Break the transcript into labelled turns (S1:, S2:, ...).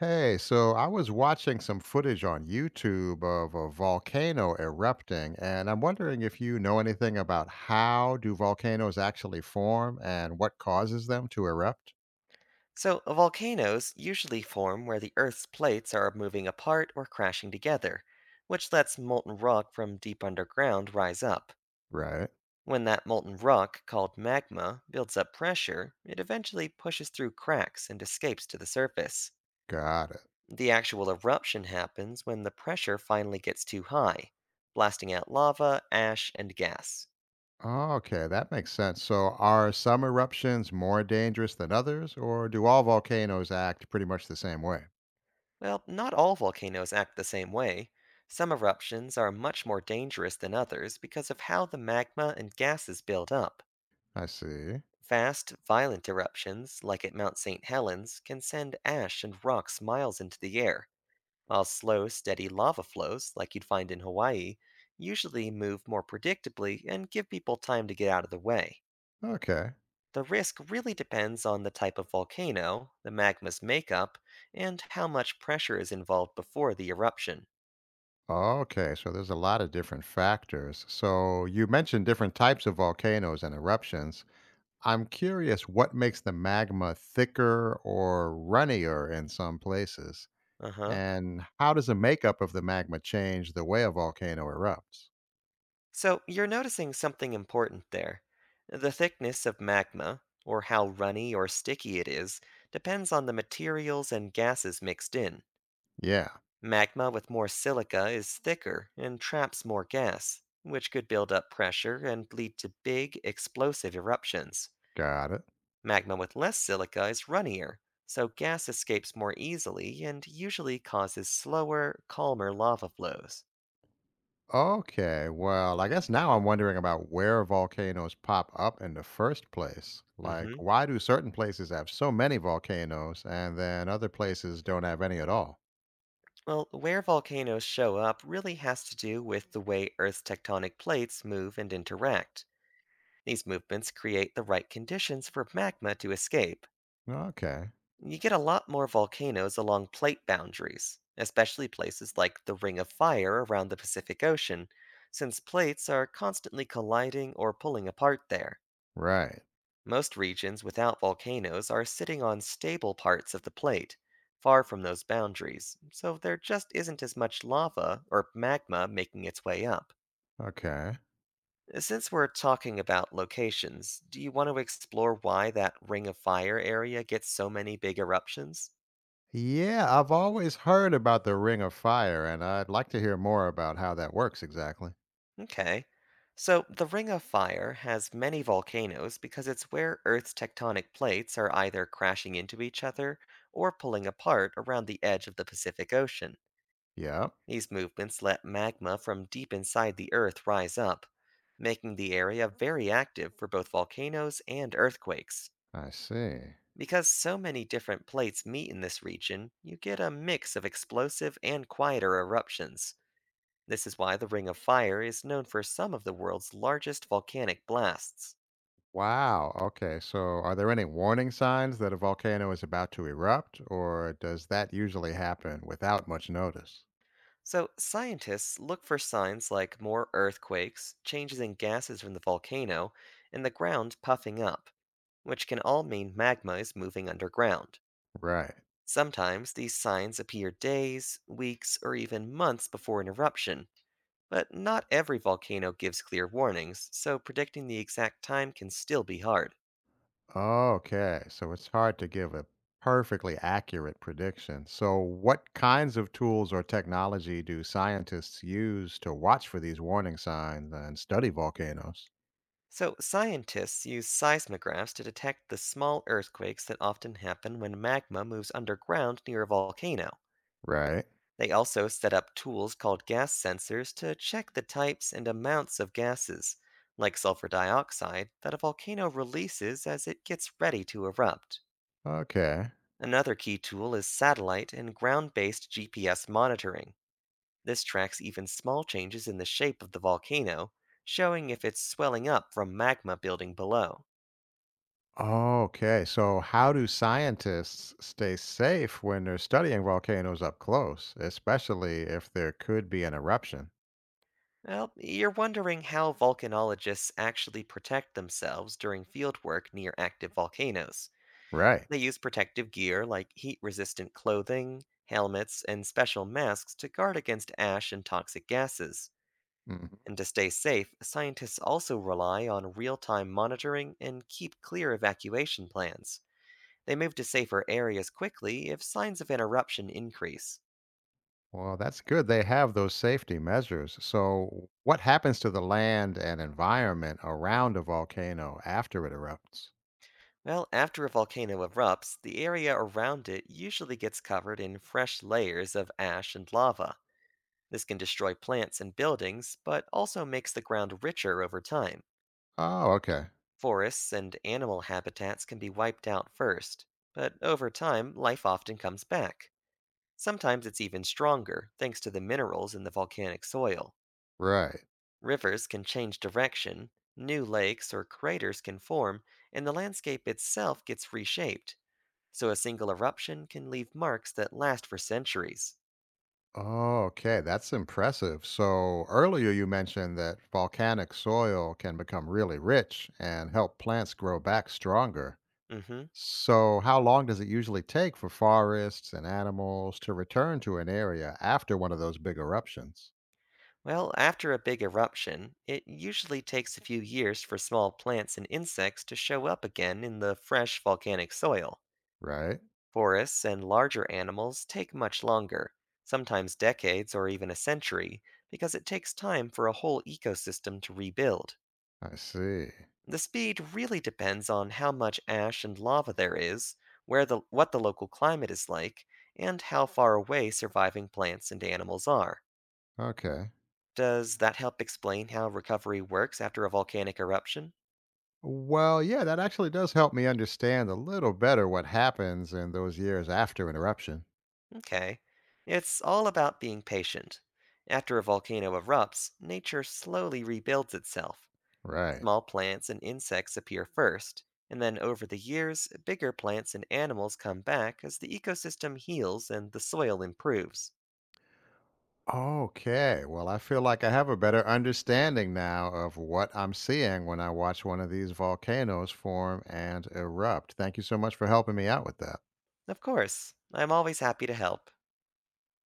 S1: Hey, so I was watching some footage on YouTube of a volcano erupting, and I'm wondering if you know anything about how do volcanoes actually form and what causes them to erupt?
S2: So, volcanoes usually form where the Earth's plates are moving apart or crashing together, which lets molten rock from deep underground rise up.
S1: Right.
S2: When that molten rock, called magma, builds up pressure, it eventually pushes through cracks and escapes to the surface.
S1: Got it.
S2: The actual eruption happens when the pressure finally gets too high, blasting out lava, ash, and gas.
S1: Okay, that makes sense. So are some eruptions more dangerous than others, or do all volcanoes act pretty much the same way?
S2: Well, not all volcanoes act the same way. Some eruptions are much more dangerous than others because of how the magma and gases build up.
S1: I see.
S2: Fast, violent eruptions, like at Mount St. Helens, can send ash and rocks miles into the air, while slow, steady lava flows, like you'd find in Hawaii, usually move more predictably and give people time to get out of the way.
S1: Okay.
S2: The risk really depends on the type of volcano, the magma's makeup, and how much pressure is involved before the eruption.
S1: Okay, so there's a lot of different factors. So you mentioned different types of volcanoes and eruptions. I'm curious what makes the magma thicker or runnier in some places,
S2: Uh huh.
S1: and how does the makeup of the magma change the way a volcano erupts?
S2: So you're noticing something important there. The thickness of magma, or how runny or sticky it is, depends on the materials and gases mixed in.
S1: Yeah,
S2: Magma with more silica is thicker and traps more gas, which could build up pressure and lead to big, explosive eruptions.
S1: got it.
S2: Magma with less silica is runnier, so gas escapes more easily and usually causes slower, calmer lava flows.
S1: Okay, well, I guess now I'm wondering about where volcanoes pop up in the first place. Like,
S2: Hmm.
S1: why do certain places have so many volcanoes and then other places don't have any at all?
S2: Well, where volcanoes show up really has to do with the way Earth's tectonic plates move and interact. These movements create the right conditions for magma to escape.
S1: Okay,
S2: You get a lot more volcanoes along plate boundaries, especially places like the Ring of Fire around the Pacific Ocean, since plates are constantly colliding or pulling apart there.
S1: right.
S2: Most regions without volcanoes are sitting on stable parts of the plate, far from those boundaries, so there just isn't as much lava or magma making its way up.
S1: Okay.
S2: Since we're talking about locations, do you want to explore why that Ring of Fire area gets so many big eruptions?
S1: Yeah, I've always heard about the Ring of Fire, and I'd like to hear more about how that works exactly.
S2: Okay. So, the Ring of Fire has many volcanoes because it's where Earth's tectonic plates are either crashing into each other or pulling apart around the edge of the Pacific Ocean.
S1: Yep,
S2: These movements let magma from deep inside the Earth rise up, making the area very active for both volcanoes and earthquakes.
S1: I see.
S2: Because so many different plates meet in this region, you get a mix of explosive and quieter eruptions. This is why the Ring of Fire is known for some of the world's largest volcanic blasts.
S1: Wow, okay, so are there any warning signs that a volcano is about to erupt, or does that usually happen without much notice?
S2: So, scientists look for signs like more earthquakes, changes in gases from the volcano, and the ground puffing up, which can all mean magma is moving underground.
S1: Right.
S2: Sometimes these signs appear days, weeks, or even months before an eruption, but not every volcano gives clear warnings, so predicting the exact time can still be hard.
S1: Okay, so it's hard to give a perfectly accurate prediction. So, what kinds of tools or technology do scientists use to watch for these warning signs and study volcanoes?
S2: So, scientists use seismographs to detect the small earthquakes that often happen when magma moves underground near a volcano.
S1: Right.
S2: They also set up tools called gas sensors to check the types and amounts of gases, like sulfur dioxide, that a volcano releases as it gets ready to erupt.
S1: Okay.
S2: Another key tool is satellite and ground based GPS monitoring. This tracks even small changes in the shape of the volcano, showing if it's swelling up from magma building below.
S1: Okay. So, how do scientists stay safe when they're studying volcanoes up close, especially if there could be an eruption?
S2: Well, you're wondering how volcanologists actually protect themselves during fieldwork near active volcanoes.
S1: Right.
S2: They use protective gear like heat resistant clothing, helmets, and special masks to guard against ash and toxic gases.
S1: Hmm.
S2: And to stay safe, scientists also rely on real time monitoring and keep clear evacuation plans. They move to safer areas quickly if signs of an eruption increase.
S1: Well, that's good. They have those safety measures. So, what happens to the land and environment around a volcano after it erupts?
S2: Well, after a volcano erupts, the area around it usually gets covered in fresh layers of ash and lava. This can destroy plants and buildings, but also makes the ground richer over time.
S1: Oh, okay.
S2: Forests and animal habitats can be wiped out first, but over time, life often comes back. Sometimes it's even stronger, thanks to the minerals in the volcanic soil.
S1: Right.
S2: Rivers can change direction, new lakes or craters can form, and the landscape itself gets reshaped, so a single eruption can leave marks that last for centuries.
S1: Oh, okay. That's impressive. So earlier you mentioned that volcanic soil can become really rich and help plants grow back stronger.
S2: Hmm.
S1: So, how long does it usually take for forests and animals to return to an area after one of those big eruptions?
S2: Well, after a big eruption, it usually takes a few years for small plants and insects to show up again in the fresh volcanic soil.
S1: Right.
S2: Forests and larger animals take much longer, sometimes decades or even a century, because it takes time for a whole ecosystem to rebuild.
S1: I see.
S2: The speed really depends on how much ash and lava there is, what the local climate is like, and how far away surviving plants and animals are.
S1: Okay.
S2: Does that help explain how recovery works after a volcanic eruption?
S1: Well, yeah, that actually does help me understand a little better what happens in those years after an eruption.
S2: Okay. It's all about being patient. After a volcano erupts, nature slowly rebuilds itself.
S1: Right.
S2: Small plants and insects appear first, and then over the years, bigger plants and animals come back as the ecosystem heals and the soil improves.
S1: Okay. Well, I feel like I have a better understanding now of what I'm seeing when I watch one of these volcanoes form and erupt. Thank you so much for helping me out with that.
S2: Of course, I'm always happy to help.